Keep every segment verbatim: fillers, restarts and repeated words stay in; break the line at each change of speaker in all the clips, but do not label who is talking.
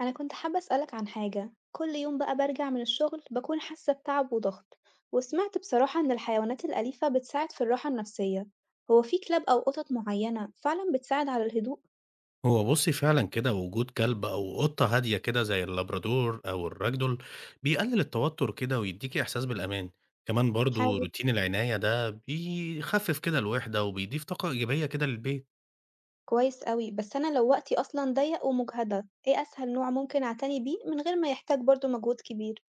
أنا كنت حابة أسألك عن حاجة. كل يوم بقى برجع من الشغل بكون حاسة بتعب وضغط، وسمعت بصراحة إن الحيوانات الأليفة بتساعد في الراحة النفسية. هو في كلاب أو قطط معينة فعلا بتساعد على الهدوء؟
هو بُصّي فعلًا كده وجود كلب أو قطة هادية كده زي اللابرادور أو الراجدول، بيقلل التوتر كده ويدّيكِ إحساس بالأمان، كمان برضه
حلو.
روتين العناية ده بيخفف كده الوحدة وبيضيف طاقة إيجابية كده للبيت.
كويس أوي، بس أنا لو وقتي أصلا ضيق ومجهدة، إيه أسهل نوع ممكن أعتني بيه من غير ما يحتاج برضو مجهود كبير؟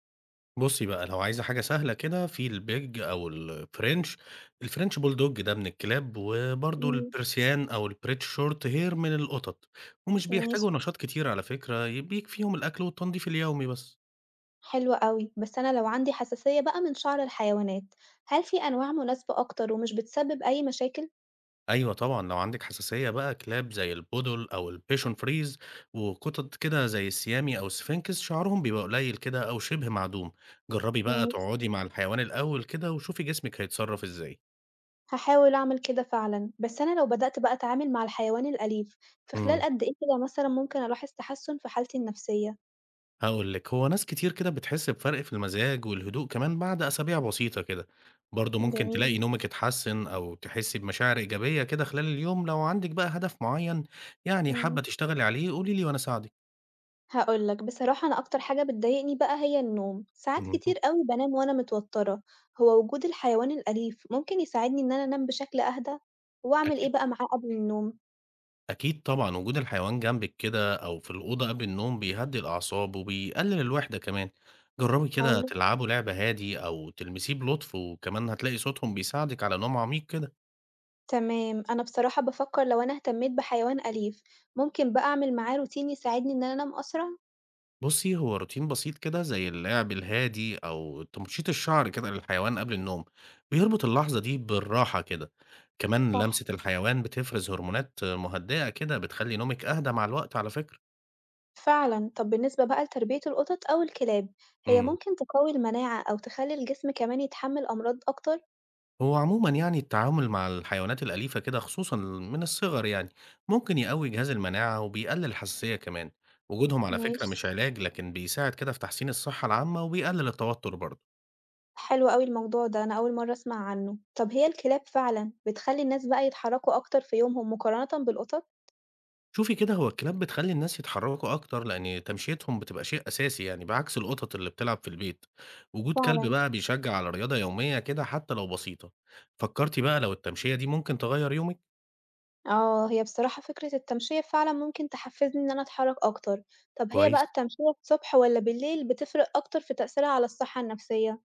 بُصّي بقى لو عايزة حاجة سهلة كده في البيج أو الfrench الfrench bulldog ده من الكلاب، وبرضه
مم،
الpersian أو الbreed short hair من القطط، ومش
ماشي.
بيحتاجوا نشاط كتير على فكرة ي بيكفيهم الأكل والتنضيف اليومي بس.
حلوة أوي، بس أنا لو عندي حساسية بقى من شعر الحيوانات، هل في أنواع مناسبة أكتر ومش بتسبب أي مشاكل؟
أيوه طبعًا، لو عندِك حساسية بقى كلاب زي البودل أو البيشون فريز وقطط كده زي السيامي أو السفنكس شعرهم بيبقى قليل كده أو شبه معدوم، جرّبي بقى
ماشي،
تقعدي مع الحيوان الأول كده وشوفي جسمِك هيتصرّف إزاي.
هاحاول أعمل كده فعلًا. بس أنا لو بدأت بقى أتعامل مع الحيوان الأليف، في خلال
إمم.
قد إيه كده مثلًا ممكن ألاحظ تحسُّن في حالتي النفسية؟
هاقول لِك، هو ناس كتير كده بتحس بفرق في المزاج والهدوء كمان بعد أسابيع بسيطة كده، برضه ممكن
جميل.
تلاقي نومِك اتحسّن أو تحسّي بمشاعر إيجابية كده خلال اليوم، لو عندِك بقى هدف معيّن يعني
إمم.
حابة تشتغلي عليه قولي لي وأنا أساعدِك.
هاقول لك، بصراحة أنا أكتر حاجة بتضايقني بقى هي النوم، ساعات كتير
اهم.
أوي بانام وأنا متوترة. هو وجود الحيوان الأليف ممكن يساعدني إن أنا أنام بشكل أهدى؟ وأعمل إيه
أكيد.
بقى معاه قبل النوم؟
أكيد طبعًا، وجود الحيوان جنبِك كده أو في الأوضة قبل النوم بيهدّي الأعصاب وبيقلل الوحدة كمان، جرّبي كده
حلو.
تلعبوا لعبة هادي أو تلمسيه بلطف وكمان هتلاقي صوتهم بيساعدِك على نوم عميق كده.
تمام، أنا بصراحة بافكّر، لو أنا اهتميت بحيوان أليف، ممكن بقى أعمل معاه روتين يساعدني إن أنا أنام أسرع؟
بُصّي، هو روتين بسيط كده زي اللعب الهادي أو تمشيط الشعر كده للحيوان قبل النوم، بيربط اللحظة دي بالراحة كده، كمان
صح،
لمسة الحيوان بتفرز هرمونات مهدئة كده بتخلّي نومِك أهدى مع الوقت على فكرة.
فعلًا. طب بالنسبة بقى لتربية القطط أو الكلاب، هي
إمم.
ممكن تقوي المناعة أو تخلّي الجسم كمان يتحمل أمراض أكتر؟
هو عموما يعني التعامل مع الحيوانات الأليفة كده خصوصا من الصغر يعني ممكن يقوي جهاز المناعة وبيقلل الحساسية كمان وجودهم على مم. فكرة
ماشي.
مش علاج لكن بيساعد كده في تحسين الصحة العامة وبيقلل التوتر برضه.
حلو أوي الموضوع ده، أنا أول مرة أسمع عنه. طب هي الكلاب فعلًا بتخلّي الناس بقى يتحركوا أكتر في يومهم مقارنةً بالقطط؟
شوفي كده هو الكلاب بتخلي الناس يتحركوا أكتر لأن تمشيتهم بتبقى شيء أساسي يعني بعكس القطط اللي بتلعب في البيت. وجود كلب
فعلًا.
بقى بيشجع على رياضة يومية كده حتى لو بسيطة. فكرتي بقى لو التمشية دي ممكن تغير يومك.
آه، هي بصراحة فكرة التمشية فعلًا ممكن تحفزني إن أنا أتحرك أكتر. طب هي بقى
كويس.
التمشية الصبح والّا بالليل بتفرق أكتر في تأثيرها على الصحة النفسية؟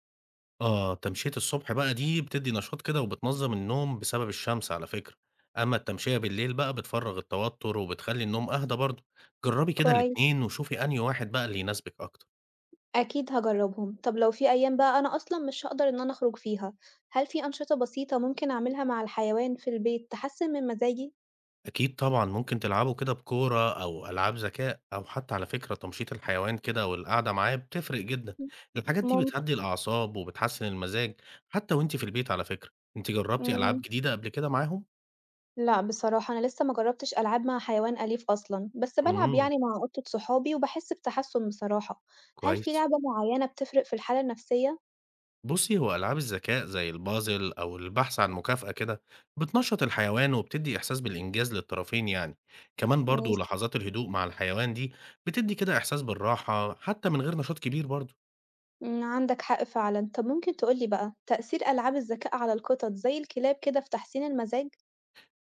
آه، تمشية الصبح بقى دي بتدّي نشاط كده وبتنظّم النوم بسبب الشمس على فكرة، أمّا التمشية بالليل بقى بتفرّغ التوتر وبتخلّي النوم أهدى برضه، جرّبي كده
كويس،
الاتنين وشوفي أنهي واحد بقى اللي يناسبِك أكتر.
أكيد هاجرّبهم. طب لو في أيام بقى أنا أصلًا مش هاقدر إن أنا أخرج فيها، هل في أنشطة بسيطة ممكن أعملها مع الحيوان في البيت تحسّن من مزاجي؟
أكيد طبعًا ممكن تلعبوا كده بكورة أو ألعاب ذكاء أو حتى على فكرة تمشيط الحيوان كده والقعدة معاه بتفرق جدًا، الحاجات دي
ممكن.
بتهدّي الأعصاب وبتحسّن المزاج حتى وأنتِ في البيت على فكرة، أنتِ جرّبتِ ألعاب
إمم.
جديدة قبل كده معاهم؟
لأ بصراحة، أنا لسه ما جرّبتش ألعاب مع حيوان أليف أصلًا، بس بالعب
إمم،
يعني مع قطة صحابي وباحس بتحسّن بصراحة. هل في
كويس.
لعبة معيّنة بتفرق في الحالة النفسية؟
بصي هو ألعاب الذكاء زي البازل أو البحث عن مكافأة كده بتنشط الحيوان وبتدي إحساس بالإنجاز للطرفين يعني كمان برضو
ماشي.
لحظات الهدوء مع الحيوان دي بتدي كده إحساس بالراحة حتى من غير نشاط كبير برضو.
إمم، عندك حق فعلًا. طب ممكن تقول لي بقى تأثير ألعاب الذكاء على القطط زي الكلاب كده في تحسين المزاج؟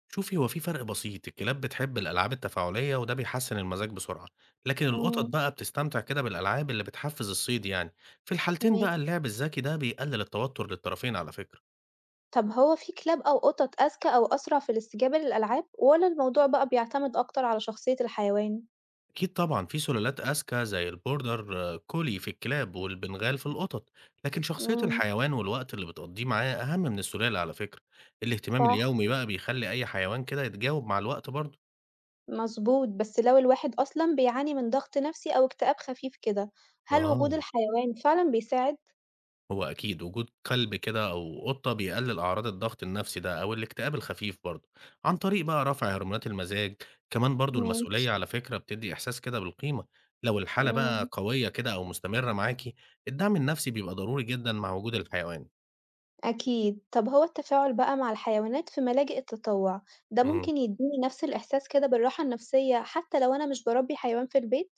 شوفي هو في فرق بسيط، الكلاب بتحب الألعاب التفاعلية وده بيحسن المزاج بسرعة، لكن القطط
إمم،
بقى بتستمتع كده بالألعاب اللي بتحفز الصيد يعني. في الحالتين
ماشي.
بقى اللعب الذكي ده بيقلل التوتر للطرفين على فكرة.
طب هو في كلاب أو قطط أذكى أو أسرع في الاستجابة للألعاب، ولا الموضوع بقى بيعتمد أكتر على شخصية الحيوان؟
أكيد طبعًا في سلالات أذكى زي البوردر كولي في الكلاب والبنغال في القطط، لكن شخصية
امم
الحيوان والوقت اللي بتقضيه معاه أهم من السلالة على فكرة، الاهتمام
صح،
اليومي بقى بيخلي أي حيوان كده يتجاوب مع الوقت برضه.
مظبوط. بس لو الواحد أصلا بيعاني من ضغط نفسي أو اكتئاب خفيف كده، هل وجود
آه.
الحيوان فعلا بيساعد؟
هو أكيد وجود كلب كده أو قطة بيقلل أعراض الضغط النفسي ده أو الاكتئاب الخفيف برضه، عن طريق بقى رفع هرمونات المزاج، كمان برضه
ماشي.
المسؤولية على فكرة بتدي إحساس كده بالقيمة، لو الحالة
امم
بقى قوية كده أو مستمرة معاكِ، الدعم النفسي بيبقى ضروري جدًا مع وجود الحيوان.
أكيد. طب هو التفاعل بقى مع الحيوانات في ملاجئ التطوع ده
إمم.
ممكن يديني نفس الإحساس كده بالراحة النفسية حتى لو أنا مش بربي حيوان في البيت؟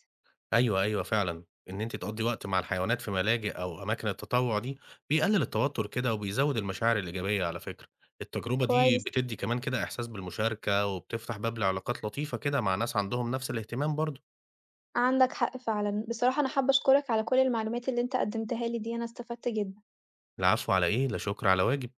أيوه، أيوه فعلًا. إن أنتِ تقضّي وقت مع الحيوانات في ملاجئ أو أماكن التطوُّع دي، بيقلِّل التوتُّر كده وبيزوّد المشاعر الإيجابية على فكرة. التجربة دي
كويس،
بتدّي كمان كده إحساس بالمشاركة وبتفتح باب لعلاقات لطيفة كده مع ناس عندهم نَفْس الاهتمام برضه.
عندك حق فعلًا. بصراحة أنا حابة أشكرك على كل المعلومات اللي أنت قدّمتها لي دي، أنا استفدت جدًا.
العفو على إيه، لا شُكر على واجب.